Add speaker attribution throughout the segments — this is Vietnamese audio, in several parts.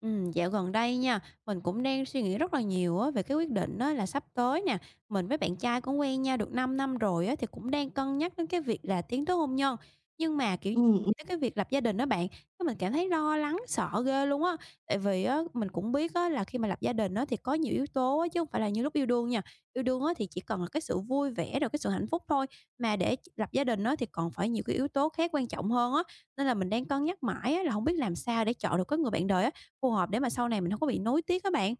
Speaker 1: Dạo gần đây nha, mình cũng đang suy nghĩ rất là nhiều á về cái quyết định á là sắp tới nè, mình với bạn trai cũng quen nhau được 5 năm rồi á, thì cũng đang cân nhắc đến cái việc là tiến tới hôn nhân. Nhưng mà, kiểu,
Speaker 2: Ừ,
Speaker 1: tới
Speaker 2: ừm,
Speaker 1: cái việc lập gia đình đó bạn, cái mình cảm thấy lo lắng, sợ ghê luôn á. Tại vì á, mình cũng biết á là khi mà lập gia đình á thì có nhiều yếu tố á, chứ không phải là như lúc yêu đương nha. Yêu đương á thì chỉ cần là cái sự vui vẻ rồi cái sự hạnh phúc thôi, mà để lập gia đình á thì còn phải nhiều cái yếu tố khác quan trọng hơn á. Nên là mình đang cân nhắc mãi á là không biết làm sao để chọn được cái người bạn đời á, phù hợp để mà sau này mình không có bị nối tiếc á bạn.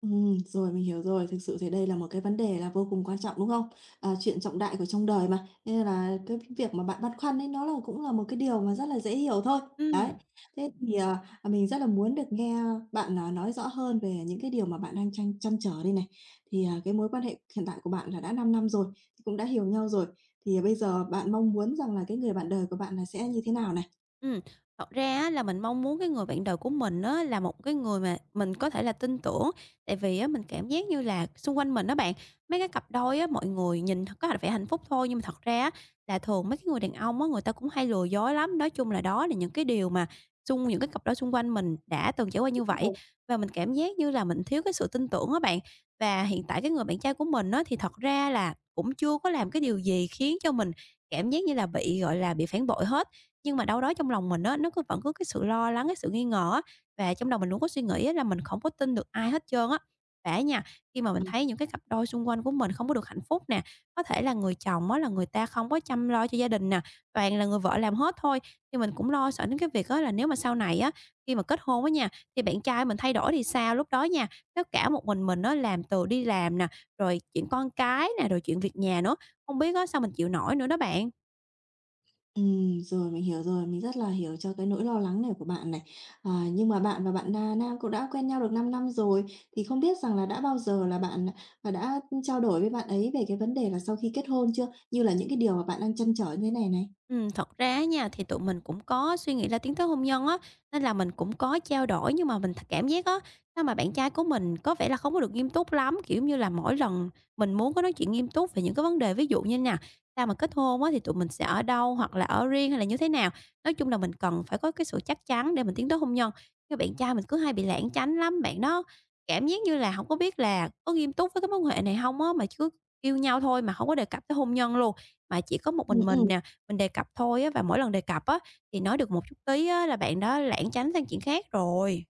Speaker 2: rồi, mình hiểu rồi. Thực sự thì đây là một cái vấn đề là vô cùng quan trọng, đúng không? Chuyện trọng đại của trong đời mà, nên là cái việc mà bạn băn khoăn ấy nó là cũng là một cái điều mà rất là dễ hiểu thôi. Đấy,
Speaker 1: Ừm.
Speaker 2: thế thì mình rất là muốn được nghe bạn, nói rõ hơn về những cái điều mà bạn đang tranh trăn trở đây này. Thì cái mối quan hệ hiện tại của bạn là đã 5 năm rồi, thì cũng đã hiểu nhau rồi, thì bây giờ bạn mong muốn rằng là cái người bạn đời của bạn là sẽ như thế nào này?
Speaker 1: Ừm, thật ra á là mình mong muốn cái người bạn đời của mình á là một cái người mà mình có thể là tin tưởng, tại vì á mình cảm giác như là xung quanh mình đó bạn, mấy cái cặp đôi á, mọi người nhìn thật có vẻ hạnh phúc thôi, nhưng mà thật ra á là thường mấy cái người đàn ông á, người ta cũng hay lừa dối lắm. Nói chung là đó là những cái điều mà xung những cái cặp đôi xung quanh mình đã từng trải qua như vậy, và mình cảm giác như là mình thiếu cái sự tin tưởng á bạn. Và hiện tại cái người bạn trai của mình á thì thật ra là cũng chưa có làm cái điều gì khiến cho mình cảm giác như là bị, gọi là, bị phản bội hết. Nhưng mà đâu đó trong lòng mình á, nó cứ vẫn có cái sự lo lắng, cái sự nghi ngờ á, và trong đầu mình luôn có suy nghĩ á là mình không có tin được ai hết trơn á. Và á nha, khi mà mình thấy những cái cặp đôi xung quanh của mình không có được hạnh phúc nè, có thể là người chồng á là người ta không có chăm lo cho gia đình nè, toàn là người vợ làm hết thôi, thì mình cũng lo sợ đến cái việc á là nếu mà sau này á, khi mà kết hôn á nha, thì bạn trai mình thay đổi thì sao? Lúc đó nha, tất cả một mình nó làm từ đi làm nè, rồi chuyện con cái nè, rồi chuyện việc nhà nữa, không biết á sao mình chịu nổi nữa đó bạn.
Speaker 2: Rồi, mình hiểu rồi, mình rất là hiểu cho cái nỗi lo lắng này của bạn này. À, nhưng mà bạn và bạn na nam cũng đã quen nhau được 5 năm rồi, thì không biết rằng là đã bao giờ là bạn, và đã trao đổi với bạn ấy về cái vấn đề là sau khi kết hôn chưa? Như là những cái điều mà bạn đang trăn trở như thế này này.
Speaker 1: Thật ra á nha, thì tụi mình cũng có suy nghĩ là tiến tới hôn nhân á, nên là mình cũng có trao đổi nhưng mà mình cảm giác á, sao mà bạn trai của mình có vẻ là không có được nghiêm túc lắm. Kiểu, như là, mỗi lần mình muốn có nói chuyện nghiêm túc về những cái vấn đề ví dụ như nè, sao mà kết hôn á thì tụi mình sẽ ở đâu, hoặc là ở riêng hay là như thế nào. Nói chung là mình cần phải có cái sự chắc chắn để mình tiến tới hôn nhân, cái bạn trai mình cứ hay bị lảng tránh lắm, bạn đó cảm giác như là không có biết là có nghiêm túc với cái mối quan hệ này không á, mà cứ yêu nhau thôi mà không có đề cập tới hôn nhân luôn. Mà chỉ có một
Speaker 2: Ừm,
Speaker 1: mình
Speaker 2: ừm.
Speaker 1: nè, mình đề cập thôi á, và mỗi lần đề cập á, thì nói được một chút tí á là bạn đó lảng tránh sang chuyện khác rồi.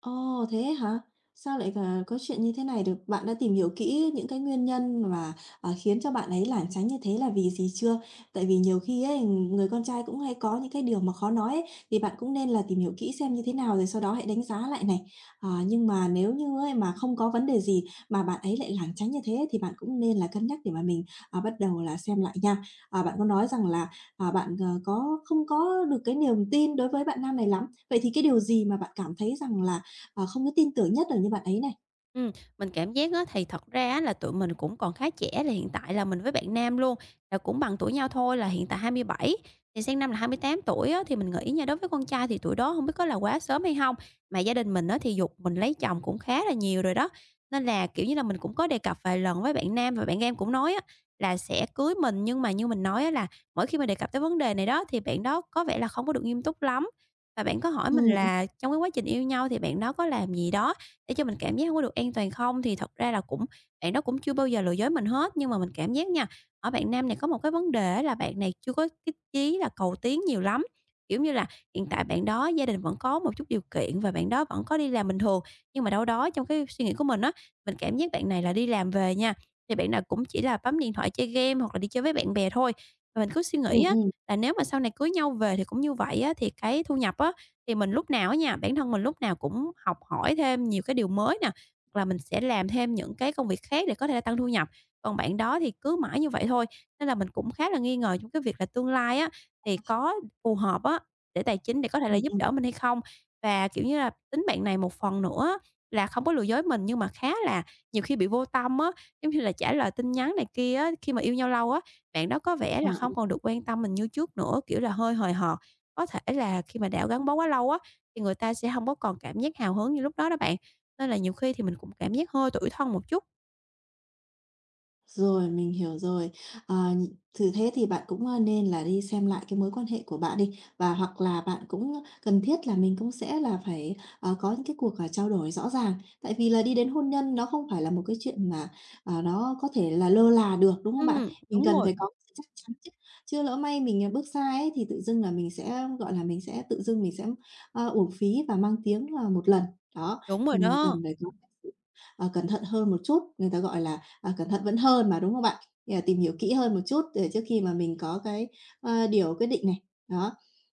Speaker 2: Ồ, thế hả? Sao lại có chuyện như thế này được? Bạn đã tìm hiểu kỹ những cái nguyên nhân mà, ờ, khiến cho bạn ấy lảng tránh như thế là vì gì chưa? Tại vì nhiều khi ấy, người con trai cũng hay có những cái điều mà khó nói ấy, thì bạn cũng nên là tìm hiểu kỹ xem như thế nào rồi sau đó hãy đánh giá lại này. Ờ, nhưng mà nếu như ấy mà không có vấn đề gì mà bạn ấy lại lảng tránh như thế thì bạn cũng nên là cân nhắc để mà mình, bắt đầu là xem lại nha. Ờ, bạn có nói rằng là, à, bạn, ờ, có không có được cái niềm tin đối với bạn nam này lắm. Vậy thì cái điều gì mà bạn cảm thấy rằng là không có tin tưởng nhất ở như bạn ấy này.
Speaker 1: Ừm, mình cảm giác á, thì thật ra á là tụi mình cũng còn khá trẻ, là hiện tại là mình với bạn nam luôn, là cũng bằng tuổi nhau thôi, là hiện tại 27 thì sang năm là 28 tuổi á, thì mình nghĩ nha, đối với con trai thì tuổi đó không biết có là quá sớm hay không. Mà gia đình mình á, thì giục mình lấy chồng cũng khá là nhiều rồi đó, nên là, kiểu như là, mình cũng có đề cập vài lần với bạn nam và bạn em cũng nói á, là sẽ cưới mình. Nhưng mà như mình nói á, là mỗi khi mình đề cập tới vấn đề này đó, thì bạn đó có vẻ là không có được nghiêm túc lắm, và bạn có hỏi mình
Speaker 2: Ừm, ừm,
Speaker 1: là trong cái quá trình yêu nhau thì bạn đó có làm gì đó để cho mình cảm giác hông có được an toàn không? Thì thật ra là cũng bạn đó cũng chưa bao giờ lừa dối mình hết, nhưng mà mình cảm giác nha, ở bạn nam này có một cái vấn đề là bạn này chưa có cái chí là cầu tiến nhiều lắm. Kiểu như là, hiện tại bạn đó gia đình vẫn có một chút điều kiện và bạn đó vẫn có đi làm bình thường, nhưng mà đâu đó trong cái suy nghĩ của mình á, mình cảm giác bạn này là đi làm về nha, thì bạn nào cũng chỉ là bấm điện thoại chơi game hoặc là đi chơi với bạn bè thôi. Và mình cứ suy
Speaker 2: ừm,
Speaker 1: nghĩ á,
Speaker 2: ừm,
Speaker 1: là nếu mà sau này cưới nhau về thì cũng như vậy á, thì cái thu nhập á, thì mình lúc nào á nha, bản thân mình lúc nào cũng học hỏi thêm nhiều cái điều mới nè, hoặc là mình sẽ làm thêm những cái công việc khác để có thể là tăng thu nhập. Còn bạn đó thì cứ mãi như vậy thôi, nên là mình cũng khá là nghi ngờ trong cái việc là tương lai á, thì có phù hợp á, để tài chính để có thể là
Speaker 2: ừm,
Speaker 1: giúp
Speaker 2: ừm,
Speaker 1: đỡ mình hay không? Và, kiểu như là, tính bạn này một phần nữa á là không có lừa dối mình nhưng mà khá là nhiều khi bị vô tâm á, giống như là, trả lời tin nhắn này kia á, khi mà yêu nhau lâu á, bạn đó có vẻ là
Speaker 2: ờ.
Speaker 1: không còn được quan tâm mình như trước nữa, kiểu là, hơi hời hợt. Có thể là khi mà đã gắn bó quá lâu á, thì người ta sẽ hông có còn cảm giác hào hứng như lúc đó đó bạn, nên là nhiều khi thì mình cũng cảm giác hơi tủi thân một chút.
Speaker 2: Rồi, mình hiểu rồi. Ờ, nh thử thế thì bạn cũng, ơ, nên là đi xem lại cái mối quan hệ của bạn đi, và hoặc là bạn cũng cần thiết là mình cũng sẽ là phải, có những cái cuộc, trao đổi rõ ràng. Tại vì là đi đến hôn nhân nó không phải là một cái chuyện mà, à, nó có thể là lơ là được, đúng không bạn?
Speaker 1: Ừm,
Speaker 2: Mình
Speaker 1: đúng
Speaker 2: cần
Speaker 1: rồi,
Speaker 2: phải có sự chắc chắn chứ, chứ lỡ may mình bước sai ấy thì tự dưng là mình sẽ, gọi là, mình sẽ tự dưng mình sẽ uổng phí và mang tiếng là một lần. Đó,
Speaker 1: đúng
Speaker 2: thì
Speaker 1: rồi
Speaker 2: mình
Speaker 1: đó.
Speaker 2: cần phải có sự, ờ, cẩn thận hơn một chút, người ta gọi là cẩn thận vẫn hơn mà, đúng không bạn? Thì tìm hiểu kỹ hơn một chút để trước khi mà mình có cái, điều quyết định này. Đó,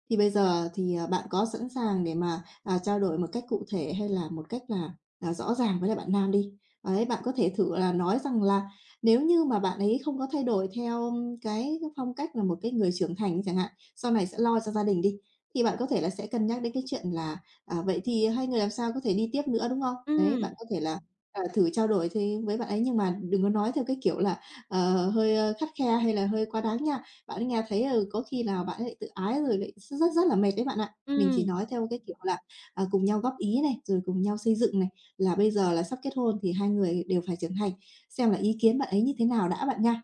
Speaker 2: thì bây giờ thì, à, bạn có sẵn sàng để mà, trao đổi một cách cụ thể hay là một cách là, rõ ràng với lại bạn nam đi? Đấy, bạn có thể thử là nói rằng là nếu như mà bạn ấy không có thay đổi theo cái phong cách là một cái người trưởng thành chẳng hạn, sau này sẽ lo cho gia đình đi, thì bạn có thể là sẽ cân nhắc đến cái chuyện là, vậy thì hai người làm sao có thể đi tiếp nữa, đúng không? Đấy, bạn
Speaker 1: Ừm,
Speaker 2: có thể là thử trao đổi thì với bạn ấy nhưng mà đừng có nói theo cái kiểu là, hơi khắt khe hay là hơi quá đáng nha. Bạn ấy nghe thấy, ừ, có khi nào bạn ấy lại tự ái rồi lại s rất rất là mệt đấy bạn ạ. Mình chỉ
Speaker 1: ừm.
Speaker 2: nói theo cái kiểu là, cùng nhau góp ý này, rồi cùng nhau xây dựng này, là bây giờ là sắp kết hôn thì hai người đều phải trưởng thành, xem là ý kiến bạn ấy như thế nào đã bạn nha.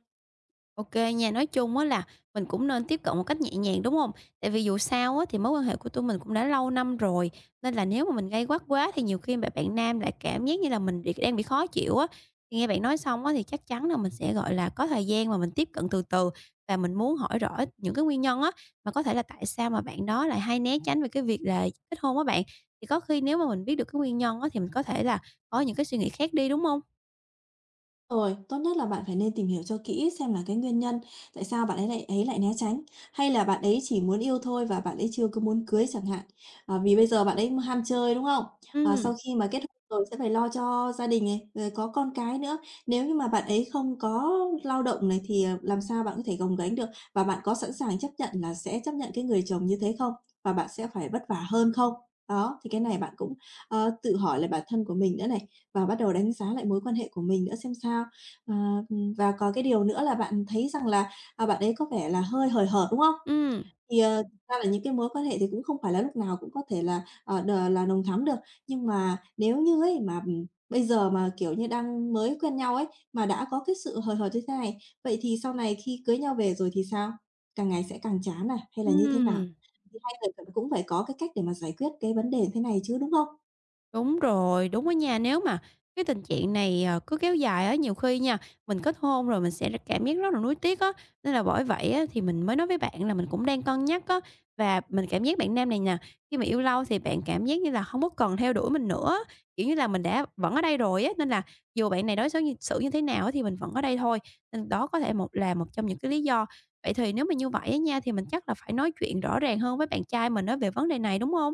Speaker 1: OK, kê nha, nói chung á là mình cũng nên tiếp cận một cách nhẹ nhàng, đúng không? Tại vì dù sao á thì mối quan hệ của tụi mình cũng đã lâu năm rồi, nên là nếu mà mình gay gắt quá thì nhiều khi mà bạn nam lại cảm giác như là mình bị đang bị khó chịu á. Thì nghe bạn nói xong á thì chắc chắn là mình sẽ, gọi là, có thời gian mà mình tiếp cận từ từ và mình muốn hỏi rõ những cái nguyên nhân á, mà có thể là tại sao mà bạn đó lại hay né tránh về cái việc là kết hôn á bạn. Thì có khi nếu mà mình biết được cái nguyên nhân á thì mình có thể là có những cái suy nghĩ khác đi, đúng không?
Speaker 2: Rồi, tốt nhất là bạn phải nên tìm hiểu cho kỹ xem là cái nguyên nhân tại sao bạn ấy lại né tránh, hay là bạn ấy chỉ muốn yêu thôi và bạn ấy chưa có muốn cưới chẳng hạn. À, vì bây giờ bạn ấy ham chơi, đúng không? À,
Speaker 1: Ừ,
Speaker 2: sau khi mà kết hôn rồi sẽ phải lo cho gia đình này, rồi có con cái nữa. Nếu như mà bạn ấy không có lao động này thì, ờ, làm sao bạn có thể gồng gánh được? Và bạn có sẵn sàng chấp nhận là sẽ chấp nhận cái người chồng như thế không? Và bạn sẽ phải vất vả hơn không? Đó, thì cái này bạn cũng tự hỏi lại bản thân của mình nữa này, và bắt đầu đánh giá lại mối quan hệ của mình nữa xem sao. Ờ, và có cái điều nữa là bạn thấy rằng là, à, bạn ấy có vẻ là hơi hời hợt, đúng không?
Speaker 1: ừ,
Speaker 2: Thì thực ra là những cái mối quan hệ thì cũng không phải là lúc nào cũng có thể là, đ là nồng thắm được, nhưng mà nếu như ấy mà, bây giờ mà, kiểu như, đang mới quen nhau ấy, mà đã có cái sự hời hợt như thế này, vậy thì sau này khi cưới nhau về rồi thì sao? Càng ngày sẽ càng chán à, hay là
Speaker 1: ừ.
Speaker 2: như thế nào? Thì hai người cần cũng phải có cái cách để mà giải quyết cái vấn đề thế này chứ, đúng không?
Speaker 1: Đúng rồi, đúng đó nha. Nếu mà cái tình trạng này, ờ, cứ kéo dài á, nhiều khi nha, mình kết hôn rồi mình sẽ cảm giác rất là nuối tiếc á. Nên là bởi vậy á, thì mình mới nói với bạn là mình cũng đang cân nhắc á, và mình cảm giác bạn nam này nè, khi mà yêu lâu thì bạn cảm giác như là không có cần theo đuổi mình nữa, kiểu như là, mình đã vẫn ở đây rồi á, nên là dù bạn này đối xó như xử như thế nào á, thì mình vẫn ở đây thôi. Nên đó có thể một là một trong những cái lý do. Vậy thì nếu mà như vậy á nha, thì mình chắc là phải nói chuyện rõ ràng hơn với bạn trai mình á về vấn đề này, đúng không?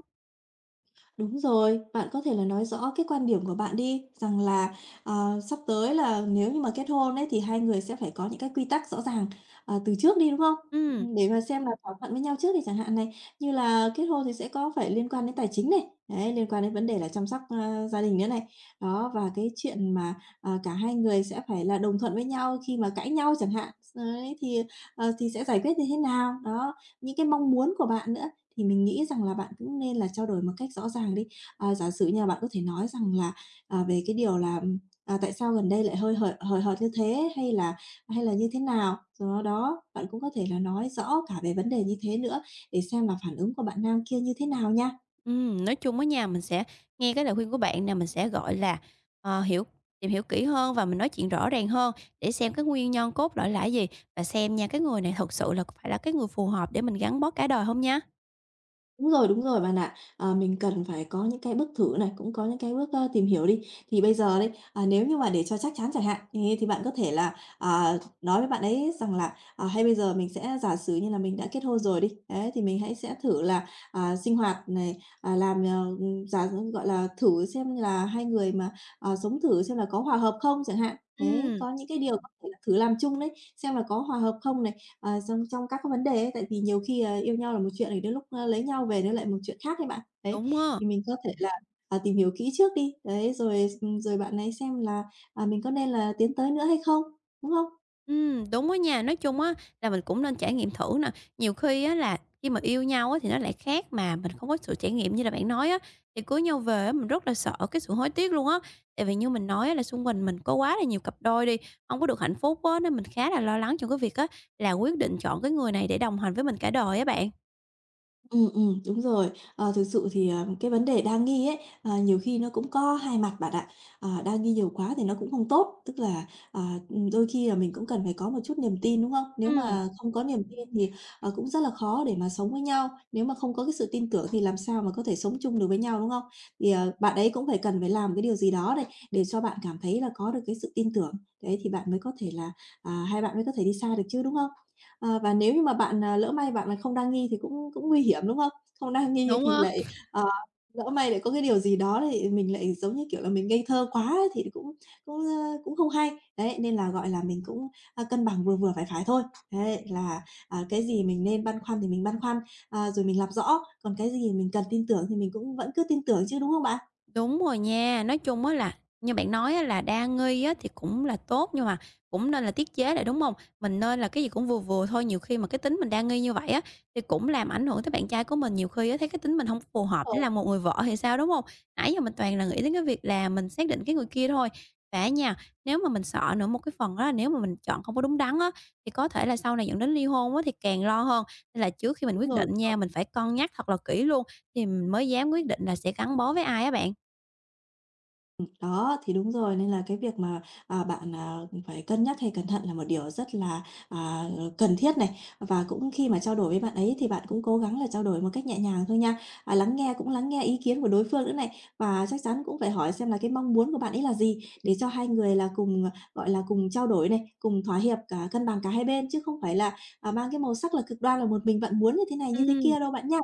Speaker 2: Đúng rồi, bạn có thể là nói rõ cái quan điểm của bạn đi, rằng là, sắp tới là nếu như mà kết hôn ấy, thì hai người sẽ phải có những cái quy tắc rõ ràng, từ trước đi, đúng không?
Speaker 1: Ừm.
Speaker 2: Để mà xem là thỏa thuận với nhau trước thì chẳng hạn này, như là kết hôn thì sẽ có phải liên quan đến tài chính này, đấy, liên quan đến vấn đề là chăm sóc, gia đình nữa này. Đó, và cái chuyện mà cả hai người sẽ phải là đồng thuận với nhau khi mà cãi nhau chẳng hạn, đấy thì thì sẽ giải quyết như thế nào? Đó, những cái mong muốn của bạn nữa. Thì mình nghĩ rằng là bạn cũng nên là trao đổi một cách rõ ràng đi. À, giả sử như là bạn có thể nói rằng là, về cái điều là tại sao gần đây lại hơi hời hời hợt như thế, hay là như thế nào? Rồi đó, bạn cũng có thể là nói rõ cả về vấn đề như thế nữa để xem là phản ứng của bạn nam kia như thế nào nha.
Speaker 1: Nói chung á nha, mình sẽ nghe cái lời khuyên của bạn nè, mình sẽ, gọi là, ờ, tìm hiểu kỹ hơn và mình nói chuyện rõ ràng hơn để xem cái nguyên nhân cốt lõi là gì, và xem nha cái người này thật sự là phải là cái người phù hợp để mình gắn bó cả đời không nha.
Speaker 2: Đúng rồi bạn ạ. À, mình cần phải có những cái bước thử này, cũng có những cái bước, tìm hiểu đi. Thì bây giờ đấy nếu như mà để cho chắc chắn chẳng hạn, thế thì bạn có thể là, nói với bạn ấy rằng là, hay bây giờ mình sẽ giả sử như là mình đã kết hôn rồi đi, đấy, thì mình hãy sẽ thử là, sinh hoạt này, à, giả dụ, gọi là, thử xem là hai người mà, sống thử xem là có hòa hợp không chẳng hạn. Đấy,
Speaker 1: Ừm,
Speaker 2: có những cái điều có thể là thử làm chung đấy, xem là có hòa hợp không này, ờ, trong trong các cái vấn đề ấy, tại vì nhiều khi yêu nhau là một chuyện thì đến lúc, lấy nhau về nó lại một chuyện khác ấy bạn. Đấy,
Speaker 1: đúng á.
Speaker 2: thì mình có thể là, tìm hiểu kỹ trước đi, đấy, rồi, rồi bạn ấy xem là, mình có nên là tiến tới nữa hay không, đúng không?
Speaker 1: Đúng á nha. Nói chung á là mình cũng nên trải nghiệm thử nè. Nhiều khi á là khi mà yêu nhau á thì nó lại khác, mà mình không có sự trải nghiệm như là bạn nói á, thì cưới nhau về á mình rất là sợ cái sự hối tiếc luôn á. Tại vì như mình nói á là xung quanh mình có quá là nhiều cặp đôi đi, không có được hạnh phúc á, nên mình khá là lo lắng trong cái việc á là quyết định chọn cái người này để đồng hành với mình cả đời á bạn.
Speaker 2: Ừ, đúng rồi. Ờ, thực sự thì cái vấn đề đa nghi ấy, nhiều khi nó cũng có hai mặt bạn ạ. Ờ, đa nghi nhiều quá thì nó cũng không tốt, tức là, ờ, đôi khi là mình cũng cần phải có một chút niềm tin, đúng không? Nếu
Speaker 1: Ừm,
Speaker 2: mà không có niềm tin thì, ờ, cũng rất là khó để mà sống với nhau, nếu mà không có cái sự tin tưởng thì làm sao mà có thể sống chung được với nhau, đúng không? Thì bạn ấy cũng phải cần phải làm cái điều gì đó này, để cho bạn cảm thấy là có được cái sự tin tưởng, đấy, thì bạn mới có thể là, hai bạn mới có thể đi xa được chứ, đúng không? Và nếu như mà bạn lỡ may bạn là không đa nghi thì cũng cũng nguy hiểm, đúng không? Không đa nghi
Speaker 1: đúng
Speaker 2: thì
Speaker 1: á.
Speaker 2: lại, ờ, lỡ may lại có cái điều gì đó thì mình lại, giống như kiểu là, mình ngây thơ quá ấy thì cũng cũng không hay. Đấy, nên là, gọi là, mình cũng, cân bằng vừa vừa, phải phải thôi. Đấy là, cái gì mình nên băn khoăn thì mình băn khoăn, rồi mình làm rõ, còn cái gì mình cần tin tưởng thì mình cũng vẫn cứ tin tưởng chứ, đúng không bạn?
Speaker 1: Đúng rồi nha, nói chung á là như bạn nói á là đa nghi á thì cũng là tốt nhưng mà cũng nên là tiết chế lại, đúng không? Mình nên là cái gì cũng vừa vừa thôi, nhiều khi mà cái tính mình đa nghi như vậy á, thì cũng làm ảnh hưởng tới bạn trai của mình, nhiều khi á thấy cái tính mình không phù hợp để
Speaker 2: Rồi,
Speaker 1: làm một người vợ thì sao, đúng không? Nãy giờ mình toàn là nghĩ đến cái việc là mình xác định cái người kia thôi. Và á nha, nếu mà mình sợ nữa một cái phần đó là nếu mà mình chọn không có đúng đắn á, thì có thể là sau này dẫn đến ly hôn á thì càng lo hơn. Nên là trước khi mình
Speaker 2: đúng
Speaker 1: quyết
Speaker 2: rồi.
Speaker 1: định
Speaker 2: Rồi.
Speaker 1: nha, mình phải cân nhắc thật là kỹ luôn thì mình mới dám quyết định là sẽ gắn bó với ai á bạn.
Speaker 2: Đó, thì đúng rồi, nên là cái việc mà, à, bạn phải cân nhắc hay cẩn thận là một điều rất là, cần thiết này. Và cũng khi mà trao đổi với bạn ấy thì bạn cũng cố gắng là trao đổi một cách nhẹ nhàng thôi nha. À, lắng nghe cũng lắng nghe ý kiến của đối phương nữa này, và chắc chắn cũng phải hỏi xem là cái mong muốn của bạn ấy là gì để cho hai người là cùng, ờ, gọi là, cùng trao đổi này, cùng thỏa hiệp cả cân bằng cả hai bên, chứ không phải là, mang cái màu sắc là cực đoan là một mình bạn muốn như thế này, như thế
Speaker 1: Ừm,
Speaker 2: kia đâu bạn nha.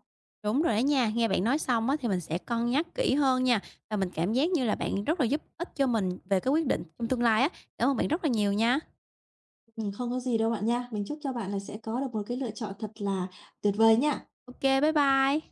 Speaker 1: đúng rồi đó nha. Nghe bạn nói xong á, thì mình sẽ cân nhắc kỹ hơn nha, và mình cảm giác như là bạn rất là giúp ích cho mình về cái quyết định trong tương lai á. Cảm ơn bạn rất là nhiều nha.
Speaker 2: Không có gì đâu bạn nha. Mình chúc cho bạn là sẽ có được một cái lựa chọn thật là tuyệt vời nha.
Speaker 1: OK, bye bye.